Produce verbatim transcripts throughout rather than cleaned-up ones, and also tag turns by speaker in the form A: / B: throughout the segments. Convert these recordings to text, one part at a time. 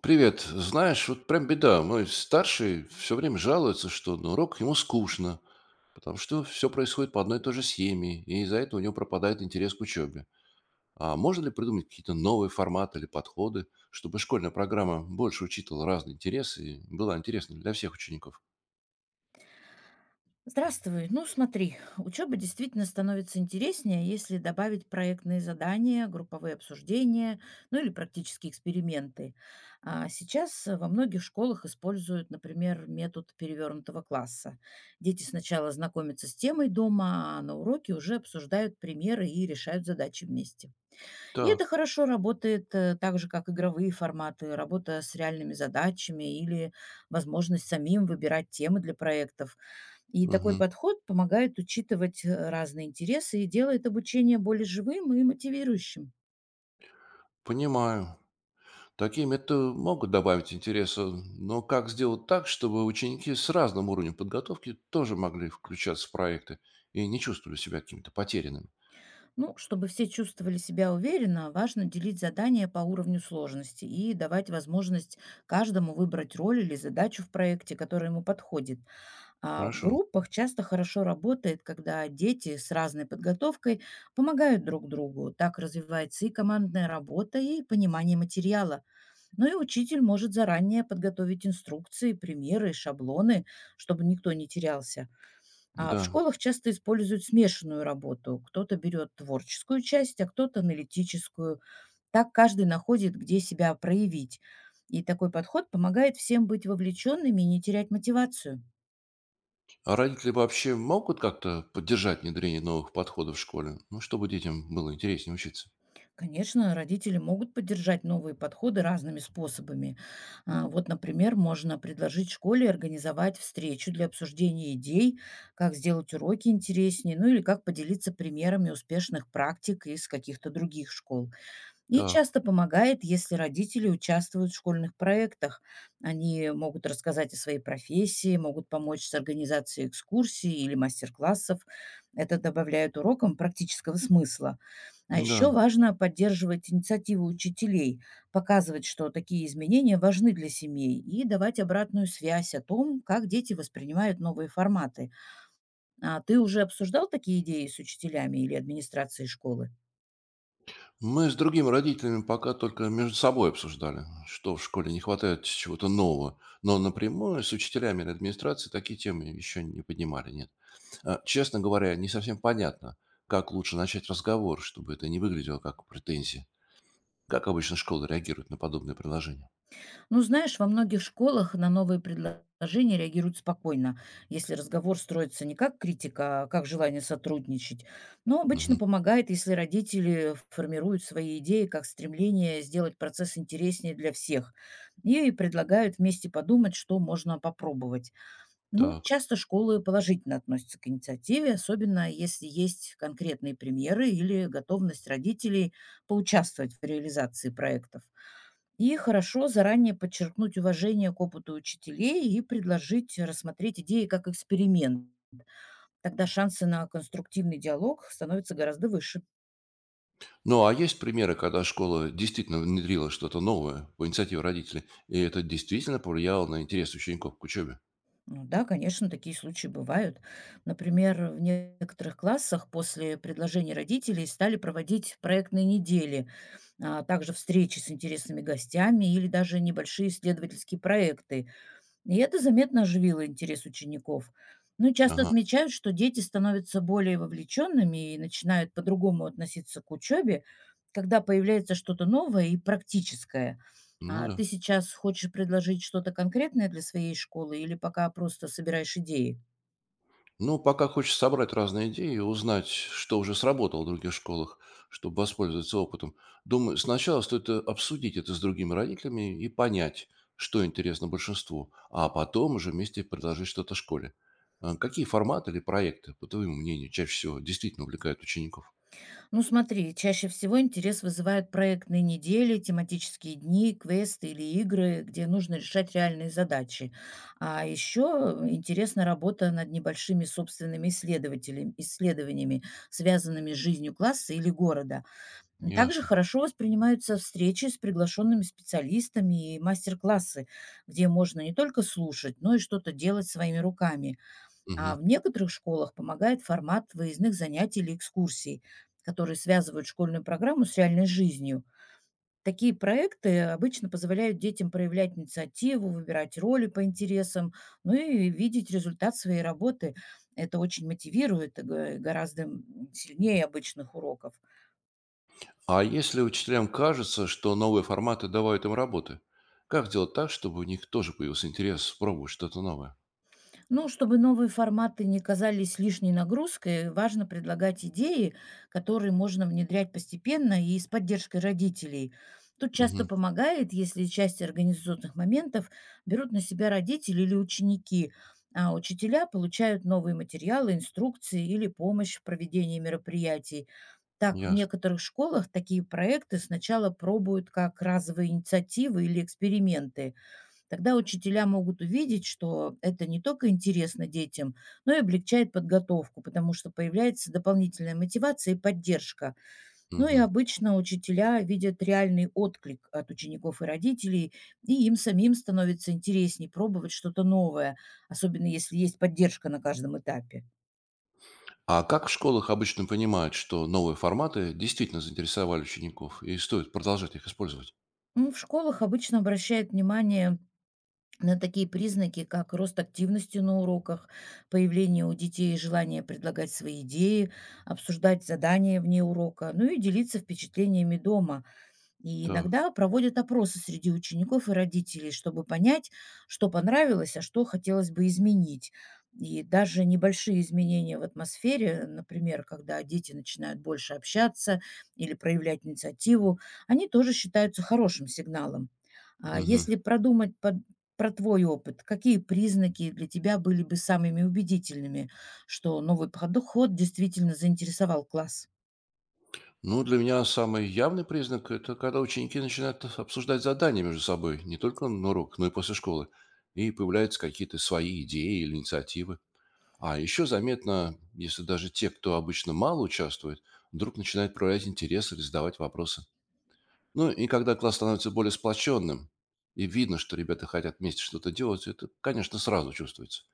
A: Привет. Знаешь, вот прям беда. Мой старший все время жалуется, что на урок ему скучно, потому что все происходит по одной и той же схеме, и из-за этого у него пропадает интерес к учебе. А можно ли придумать какие-то новые форматы или подходы, чтобы школьная программа больше учитывала разные интересы и была интересна для всех учеников?
B: Здравствуй. Ну, смотри, учеба действительно становится интереснее, если добавить проектные задания, групповые обсуждения, ну или практические эксперименты. А сейчас э, во многих школах используют, например, метод перевернутого класса. Дети сначала знакомятся с темой дома, а на уроке уже обсуждают примеры и решают задачи вместе. И
A: Да.
B: это хорошо работает, э, так же, как игровые форматы, работа с реальными задачами или возможность самим выбирать темы для проектов. И такой
A: Мгм.
B: подход помогает учитывать э, разные интересы и делает обучение более живым и мотивирующим.
A: Понимаю. Такие методы могут добавить интереса, но как сделать так, чтобы ученики с разным уровнем подготовки тоже могли включаться в проекты и не чувствовали себя какими-то потерянными?
B: Ну, чтобы все чувствовали себя уверенно, важно делить задания по уровню сложности и давать возможность каждому выбрать роль или задачу в проекте, которая ему подходит. А в
A: Хорошо,
B: группах часто хорошо работает, когда дети с разной подготовкой помогают друг другу. Так развивается и командная работа, и понимание материала. Но и учитель может заранее подготовить инструкции, примеры, шаблоны, чтобы никто не терялся. А в
A: да.
B: школах часто используют смешанную работу. Кто-то берет творческую часть, а кто-то аналитическую. Так каждый находит, где себя проявить. И такой подход помогает всем быть вовлеченными и не терять мотивацию.
A: А родители вообще могут как-то поддержать внедрение новых подходов в школе? Ну, чтобы детям было интереснее учиться.
B: Конечно, родители могут поддержать новые подходы разными способами. А, Вот, например, можно предложить школе организовать встречу для обсуждения идей, как сделать уроки интереснее, ну или как поделиться примерами успешных практик из каких-то других школ. И
A: Так,
B: часто помогает, если родители участвуют в школьных проектах. Они могут рассказать о своей профессии, могут помочь с организацией экскурсий или мастер-классов. Это добавляет урокам практического смысла. А еще
A: да.
B: важно поддерживать инициативу учителей, показывать, что такие изменения важны для семей и давать обратную связь о том, как дети воспринимают новые форматы. А ты уже обсуждал такие идеи с учителями или администрацией школы?
A: Мы с другими родителями пока только между собой обсуждали, что в школе не хватает чего-то нового. Но напрямую с учителями или администрацией такие темы еще не поднимали, нет. А, честно говоря, не совсем понятно, как лучше начать разговор, чтобы это не выглядело как претензия. Как обычно школы реагируют на подобные предложения?
B: Ну, знаешь, во многих школах на новые предложения реагируют спокойно, если разговор строится не как критика, а как желание сотрудничать. Но обычно
A: Мгм.
B: помогает, если родители формируют свои идеи как стремление сделать процесс интереснее для всех и предлагают вместе подумать, что можно попробовать. Ну,
A: Так.
B: часто школы положительно относятся к инициативе, особенно если есть конкретные примеры или готовность родителей поучаствовать в реализации проектов. И хорошо заранее подчеркнуть уважение к опыту учителей и предложить рассмотреть идеи как эксперимент. Тогда шансы на конструктивный диалог становятся гораздо выше.
A: Ну, а есть примеры, когда школа действительно внедрила что-то новое по инициативе родителей, и это действительно повлияло на интерес учеников к учебе?
B: Ну да, конечно, такие случаи бывают. Например, в некоторых классах после предложений родителей стали проводить проектные недели, а также встречи с интересными гостями или даже небольшие исследовательские проекты, и это заметно оживило интерес учеников. Ну и часто
A: Ага,
B: отмечают, что дети становятся более вовлеченными и начинают по-другому относиться к учебе, когда появляется что-то новое и практическое.
A: ну
B: А ты
A: да.
B: сейчас хочешь предложить что-то конкретное для своей школы или пока просто собираешь идеи?
A: Ну, пока хочется собрать разные идеи и узнать, что уже сработало в других школах, чтобы воспользоваться опытом. Думаю, сначала стоит э, обсудить это с другими родителями и понять, что интересно большинству, а потом уже вместе предложить что-то школе. А какие форматы или проекты, по твоему мнению, чаще всего действительно увлекают учеников?
B: Ну смотри, чаще всего интерес вызывают проектные недели, тематические дни, квесты или игры, где нужно решать реальные задачи. А еще интересна работа над небольшими собственными исследователями, исследованиями, связанными с жизнью класса или города. Также
A: Ясно.
B: хорошо воспринимаются встречи с приглашенными специалистами и мастер-классы, где можно не только слушать, но и что-то делать своими руками. А
A: Мгм.
B: в некоторых школах помогает формат выездных занятий или экскурсий, которые связывают школьную программу с реальной жизнью. Такие проекты обычно позволяют детям проявлять инициативу, выбирать роли по интересам, ну и видеть результат своей работы. Это очень мотивирует э, гораздо м, сильнее обычных уроков.
A: А если учителям кажется, что новые форматы добавят им работы, как сделать так, чтобы у них тоже появился интерес пробовать что-то новое?
B: Ну, чтобы новые форматы не казались лишней нагрузкой, важно предлагать идеи, которые можно внедрять постепенно и с поддержкой родителей. Тут часто
A: Мгм.
B: помогает, если часть организационных моментов берут на себя родители или ученики, а учителя получают новые материалы, инструкции или помощь в проведении мероприятий. Так, в
A: Ясно.
B: некоторых школах такие проекты сначала пробуют как разовые инициативы или эксперименты. Тогда учителя могут увидеть, что это не только интересно детям, но и облегчает подготовку, потому что появляется дополнительная мотивация и поддержка. Ну и
A: Мгм.
B: обычно учителя видят реальный отклик от учеников и родителей, и им самим становится интереснее пробовать что-то новое, особенно если есть поддержка на каждом этапе.
A: А как в школах обычно понимают, что новые форматы действительно заинтересовали учеников и стоит продолжать их использовать?
B: Ну, в школах обычно обращают внимание на такие признаки, как рост активности на уроках, появление у детей желания предлагать свои идеи, обсуждать задания вне урока, ну и делиться впечатлениями дома. И
A: Так.
B: иногда проводят опросы среди учеников и родителей, чтобы понять, что понравилось, а что хотелось бы изменить. И даже небольшие изменения в атмосфере, например, когда дети начинают больше общаться или проявлять инициативу, они тоже считаются хорошим сигналом. А
A: Мгм.
B: если продумать под- про твой опыт, какие признаки для тебя были бы самыми убедительными, что новый подход действительно заинтересовал класс?
A: Ну, для меня самый явный признак– это когда ученики начинают обсуждать задания между собой, не только на урок, но и после школы, и появляются какие-то свои идеи или инициативы. А еще заметно, если даже те, кто обычно мало участвует, вдруг начинают проявлять интерес или задавать вопросы. Ну и когда класс становится более сплоченным, и видно, что ребята хотят вместе что-то делать, это, конечно, сразу чувствуется.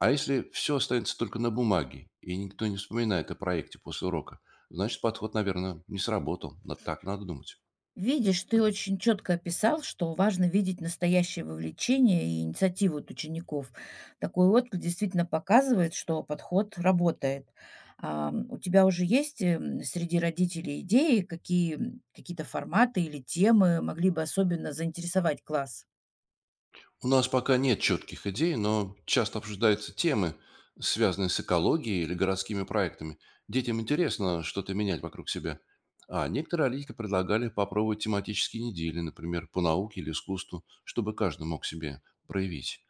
A: А если все останется только на бумаге, и никто не вспоминает о проекте после урока, значит, подход, наверное, не сработал. Но так надо думать.
B: Видишь, ты очень четко описал, что важно видеть настоящее вовлечение и инициативу от учеников. Такой отклик действительно показывает, что подход работает. А, м, у тебя уже есть эм, среди родителей идеи, какие, м, какие-то форматы или темы могли бы особенно заинтересовать класс?
A: У нас пока нет четких идей, но часто обсуждаются темы, связанные с экологией или городскими проектами. Детям интересно что-то менять вокруг себя. А некоторые родители предлагали попробовать тематические недели, например, по науке или искусству, чтобы каждый мог себе проявить.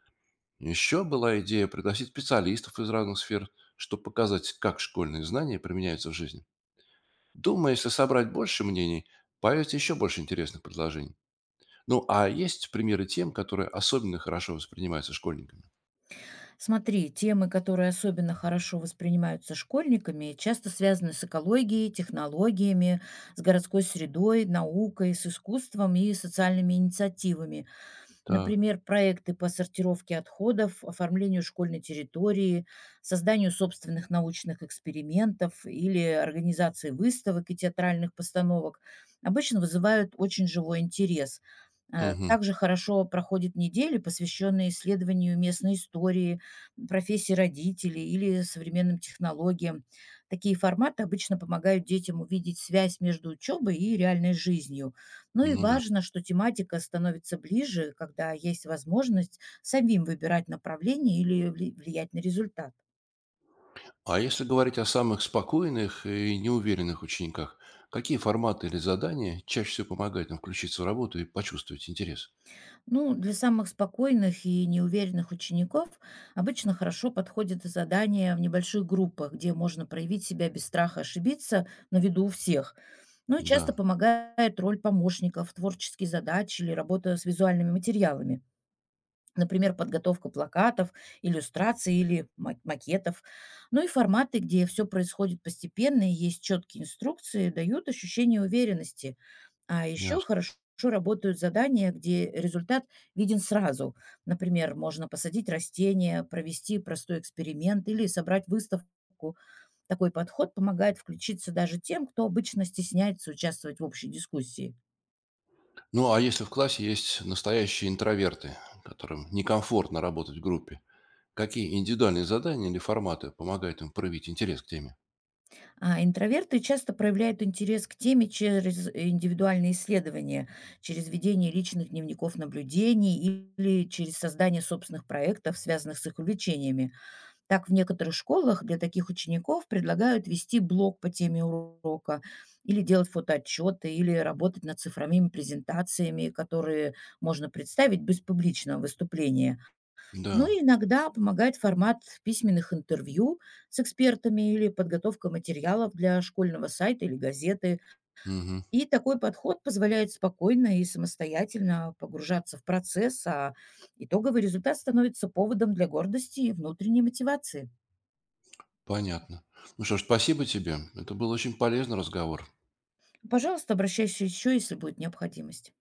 A: Еще была идея пригласить специалистов из разных сфер, чтобы показать, как школьные знания применяются в жизни. Думаю, если собрать больше мнений, появится еще больше интересных предложений. Ну, а есть примеры тем, которые особенно хорошо воспринимаются школьниками?
B: Смотри, темы, которые особенно хорошо воспринимаются школьниками, часто связаны с экологией, технологиями, с городской средой, наукой, с искусством и социальными инициативами.
A: Так,
B: Например, проекты по сортировке отходов, оформлению школьной территории, созданию собственных научных экспериментов или организации выставок и театральных постановок обычно вызывают очень живой интерес. Э,
A: мгм,
B: Также хорошо проходят недели, посвященные исследованию местной истории, профессии родителей или современным технологиям. Такие форматы обычно помогают детям увидеть связь между учебой и реальной жизнью. Ну и
A: ну да.
B: важно, что тематика становится ближе, когда есть возможность самим выбирать направление или вли- влиять на результат.
A: А если говорить о самых спокойных и неуверенных учениках, какие форматы или задания чаще всего помогают им включиться в работу и почувствовать интерес?
B: Ну, для самых спокойных и неуверенных учеников обычно хорошо подходят задания в небольших группах, где можно проявить себя без страха ошибиться на виду у всех. Ну и часто
A: Да,
B: помогает роль помощников, творческие задачи или работа с визуальными материалами. Например, подготовка плакатов, иллюстраций или ма- макетов. Ну и форматы, где все происходит постепенно и есть четкие инструкции, дают ощущение уверенности. А еще
A: ясно.
B: хорошо работают задания, где результат виден сразу. Например, можно посадить растения, провести простой эксперимент или собрать выставку. Такой подход помогает включиться даже тем, кто обычно стесняется участвовать в общей дискуссии.
A: Ну, а если в классе есть настоящие интроверты, которым некомфортно работать в группе, какие индивидуальные задания или форматы помогают им проявить интерес к теме?
B: А интроверты часто проявляют интерес к теме через индивидуальные исследования, через ведение личных дневников наблюдений или через создание собственных проектов, связанных с их увлечениями. Так, в некоторых школах для таких учеников предлагают вести блог по теме урока или делать фотоотчеты, или работать над цифровыми презентациями, которые можно представить без публичного выступления. Ну
A: Да,
B: и иногда помогает формат письменных интервью с экспертами или подготовка материалов для школьного сайта или газеты.
A: мгм,
B: И такой подход позволяет спокойно и самостоятельно погружаться в процесс, а итоговый результат становится поводом для гордости и внутренней мотивации.
A: понятно. Ну что ж, спасибо тебе. Это был очень полезный разговор.
B: Пожалуйста, обращайся еще, если будет необходимость.